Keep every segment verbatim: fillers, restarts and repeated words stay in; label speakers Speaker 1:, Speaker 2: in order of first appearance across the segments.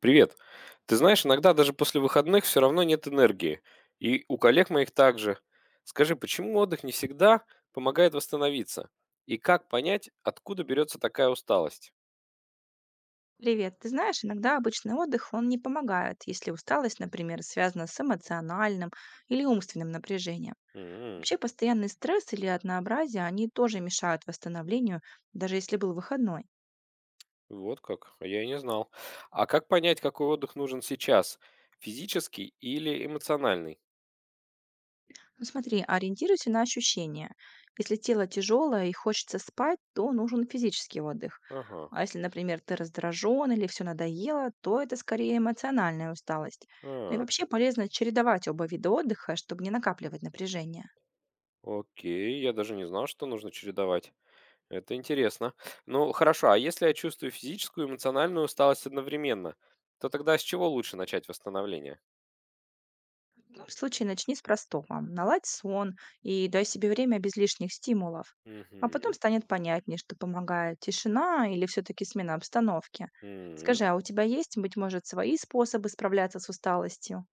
Speaker 1: Привет. Ты знаешь, иногда даже после выходных все равно нет энергии. И у коллег моих также. Скажи, почему отдых не всегда помогает восстановиться? И как понять, откуда берется такая усталость?
Speaker 2: Привет. Ты знаешь, иногда обычный отдых, он не помогает, если усталость, например, связана с эмоциональным или умственным напряжением.
Speaker 1: М,
Speaker 2: Вообще постоянный стресс или однообразие, они тоже мешают восстановлению, даже если был выходной.
Speaker 1: вот как. А я и не знал. А как понять, какой отдых нужен сейчас? Физический или эмоциональный?
Speaker 2: Ну смотри, ориентируйся на ощущения. Если тело тяжелое и хочется спать, то нужен физический отдых.
Speaker 1: Ага.
Speaker 2: А если, например, ты раздражен или все надоело, то это скорее эмоциональная усталость. Ну и
Speaker 1: А,
Speaker 2: вообще полезно чередовать оба вида отдыха, чтобы не накапливать напряжение.
Speaker 1: окей. Я даже не знал, что нужно чередовать. Это интересно. Ну, хорошо, а если я чувствую физическую и эмоциональную усталость одновременно, то тогда с чего лучше начать восстановление?
Speaker 2: В том случае начни с простого. Наладь сон и дай себе время без лишних стимулов. А потом
Speaker 1: Мгм.
Speaker 2: станет понятнее, что помогает тишина или все-таки смена обстановки.
Speaker 1: Мгм.
Speaker 2: Скажи, а у тебя есть, быть может, свои способы справляться с усталостью?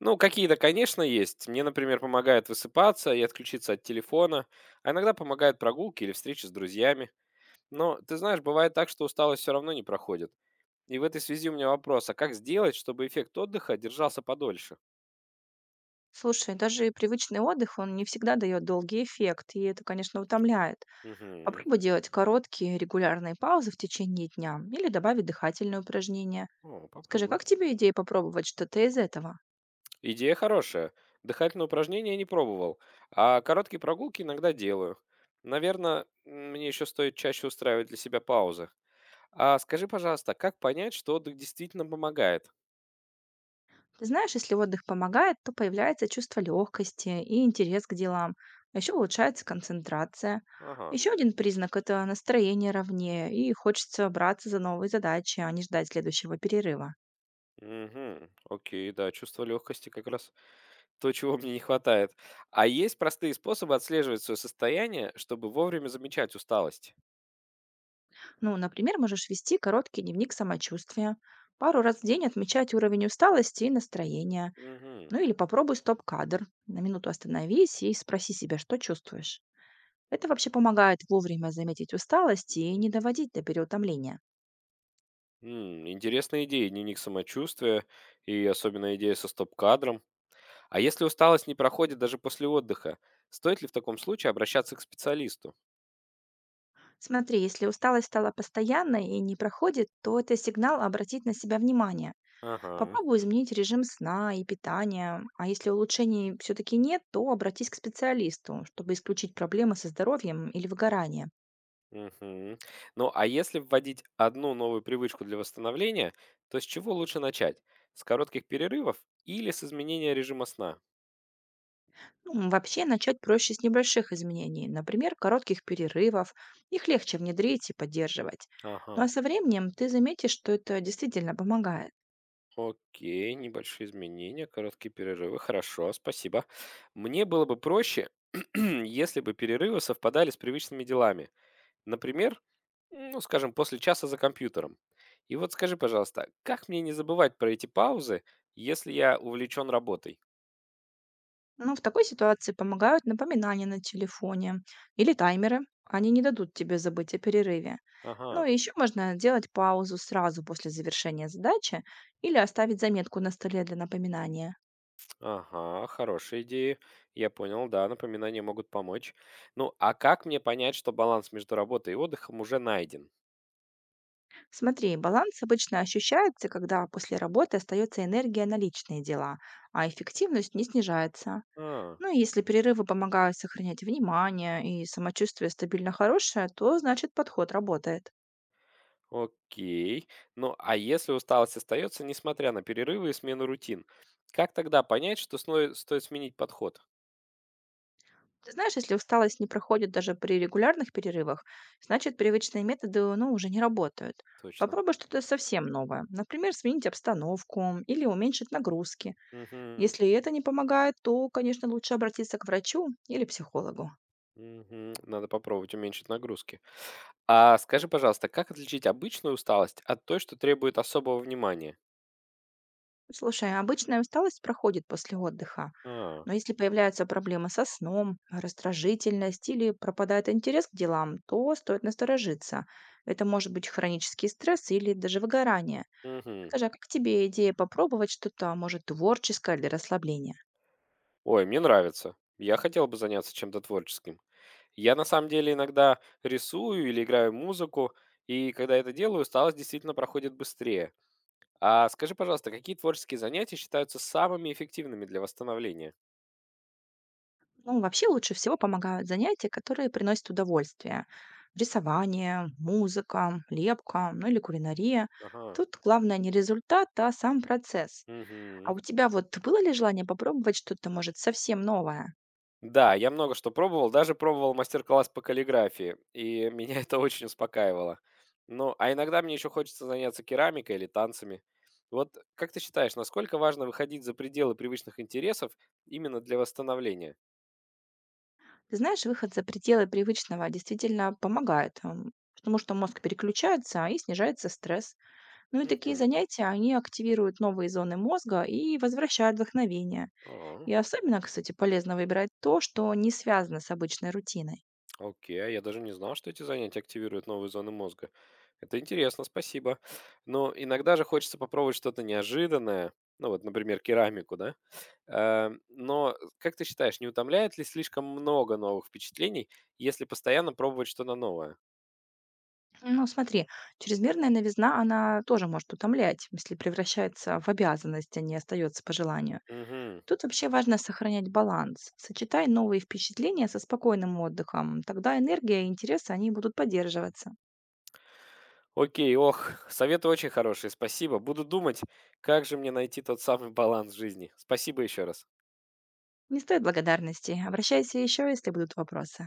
Speaker 1: Ну, какие-то, конечно, есть. Мне, например, помогает высыпаться и отключиться от телефона, а иногда помогают прогулки или встречи с друзьями. Но, ты знаешь, бывает так, что усталость все равно не проходит. И в этой связи у меня вопрос, а как сделать, чтобы эффект отдыха держался подольше?
Speaker 2: Слушай, даже и привычный отдых, он не всегда дает долгий эффект, и это, конечно, утомляет.
Speaker 1: Угу.
Speaker 2: Попробуй делать короткие регулярные паузы в течение дня или добавить дыхательные упражнения.
Speaker 1: О,
Speaker 2: Скажи,
Speaker 1: попробую.
Speaker 2: как тебе идея попробовать что-то из этого?
Speaker 1: Идея хорошая. Дыхательные упражнения я не пробовал, а короткие прогулки иногда делаю. Наверное, мне еще стоит чаще устраивать для себя паузы. А скажи, пожалуйста, как понять, что отдых действительно помогает?
Speaker 2: Ты знаешь, если отдых помогает, то появляется чувство легкости и интерес к делам, а еще улучшается концентрация.
Speaker 1: Ага.
Speaker 2: Еще один признак – это настроение ровнее, и хочется браться за новые задачи, а не ждать следующего перерыва.
Speaker 1: Угу. Окей, да, чувство легкости как раз то, чего мне не хватает. А есть простые способы отслеживать свое состояние, чтобы вовремя замечать усталость?
Speaker 2: Ну, например, можешь вести короткий дневник самочувствия, пару раз в день отмечать уровень усталости и настроения,
Speaker 1: Угу.
Speaker 2: ну или попробуй стоп-кадр, на минуту остановись и спроси себя, что чувствуешь. Это вообще помогает вовремя заметить усталость и не доводить до переутомления.
Speaker 1: Интересная идея, дневник самочувствия и особенно идея со стоп-кадром. А если усталость не проходит даже после отдыха, стоит ли в таком случае обращаться к специалисту?
Speaker 2: Смотри, если усталость стала постоянной и не проходит, то это сигнал обратить на себя внимание.
Speaker 1: Ага.
Speaker 2: Попробуй изменить режим сна и питания, а если улучшений все-таки нет, то обратись к специалисту, чтобы исключить проблемы со здоровьем или выгорание.
Speaker 1: Мгм. Ну, а если вводить одну новую привычку для восстановления, то с чего лучше начать? С коротких перерывов или с изменения режима сна?
Speaker 2: Ну, вообще начать проще с небольших изменений, например, коротких перерывов. Их легче внедрить и поддерживать.
Speaker 1: Ага.
Speaker 2: Ну а со временем ты заметишь, что это действительно помогает.
Speaker 1: Окей, небольшие изменения, короткие перерывы. Хорошо, спасибо. Мне было бы проще, если бы перерывы совпадали с привычными делами. Например, ну, скажем, после часа за компьютером. И вот скажи, пожалуйста, как мне не забывать про эти паузы, если я увлечен работой?
Speaker 2: Ну, в такой ситуации помогают напоминания на телефоне или таймеры. Они не дадут тебе забыть о перерыве. Ну
Speaker 1: Ага,
Speaker 2: и еще можно делать паузу сразу после завершения задачи или оставить заметку на столе для напоминания.
Speaker 1: ага, хорошая идея. Я понял, да, напоминания могут помочь. Ну, а как мне понять, что баланс между работой и отдыхом уже найден?
Speaker 2: Смотри, баланс обычно ощущается, когда после работы остается энергия на личные дела, а эффективность не снижается.
Speaker 1: А,
Speaker 2: Ну и если перерывы помогают сохранять внимание и самочувствие стабильно хорошее, то значит подход работает.
Speaker 1: окей. Ну, а если усталость остается, несмотря на перерывы и смену рутин, как тогда понять, что сно- стоит сменить подход?
Speaker 2: Ты знаешь, если усталость не проходит даже при регулярных перерывах, значит, привычные методы, ну, уже не работают.
Speaker 1: Точно.
Speaker 2: Попробуй что-то совсем новое. Например, сменить обстановку или уменьшить нагрузки.
Speaker 1: Мгм.
Speaker 2: Если это не помогает, то, конечно, лучше обратиться к врачу или психологу.
Speaker 1: Мгм. Надо попробовать уменьшить нагрузки. А скажи, пожалуйста, как отличить обычную усталость от той, что требует особого внимания?
Speaker 2: Слушай, а обычная усталость проходит после отдыха.
Speaker 1: А,
Speaker 2: Но если появляются проблемы со сном, раздражительность или пропадает интерес к делам, то стоит насторожиться. Это может быть хронический стресс или даже выгорание.
Speaker 1: мгм.
Speaker 2: Скажи, а как тебе идея попробовать что-то, может, творческое для расслабления?
Speaker 1: Ой, мне нравится. Я хотел бы заняться чем-то творческим. Я на самом деле иногда рисую или играю музыку, и когда это делаю, усталость действительно проходит быстрее. А скажи, пожалуйста, какие творческие занятия считаются самыми эффективными для восстановления?
Speaker 2: Ну, вообще лучше всего помогают занятия, которые приносят удовольствие. Рисование, музыка, лепка, ну или кулинария.
Speaker 1: Ага.
Speaker 2: Тут главное не результат, а сам процесс. А
Speaker 1: Мгм.
Speaker 2: у тебя вот было ли желание попробовать что-то, может, совсем новое?
Speaker 1: Да, я много что пробовал, даже пробовал мастер-класс по каллиграфии, и меня это очень успокаивало. Ну, а иногда мне еще хочется заняться керамикой или танцами. Вот как ты считаешь, насколько важно выходить за пределы привычных интересов именно для восстановления?
Speaker 2: Ты знаешь, выход за пределы привычного действительно помогает, м, потому что мозг переключается и снижается стресс. Ну и такие
Speaker 1: Мгм.
Speaker 2: занятия, они активируют новые зоны мозга и возвращают вдохновение.
Speaker 1: А,
Speaker 2: И особенно, кстати, полезно выбирать то, что не связано с обычной рутиной.
Speaker 1: окей, а я даже не знал, что эти занятия активируют новые зоны мозга. Это интересно, спасибо. Но иногда же хочется попробовать что-то неожиданное, ну вот, например, керамику, да? Э, но э, как ты считаешь, не утомляет ли слишком много новых впечатлений, если постоянно пробовать что-то новое?
Speaker 2: Ну, смотри, чрезмерная новизна, она тоже может утомлять, если превращается в обязанность, а не остается по желанию.
Speaker 1: Мгм.
Speaker 2: Тут вообще важно сохранять баланс. Сочетай новые впечатления со спокойным отдыхом. Тогда энергия и интересы, они будут поддерживаться.
Speaker 1: Окей, ох, советы очень хорошие, спасибо. Буду думать, как же мне найти тот самый баланс в жизни. Спасибо еще раз.
Speaker 2: Не стоит благодарности. Обращайся еще, если будут вопросы.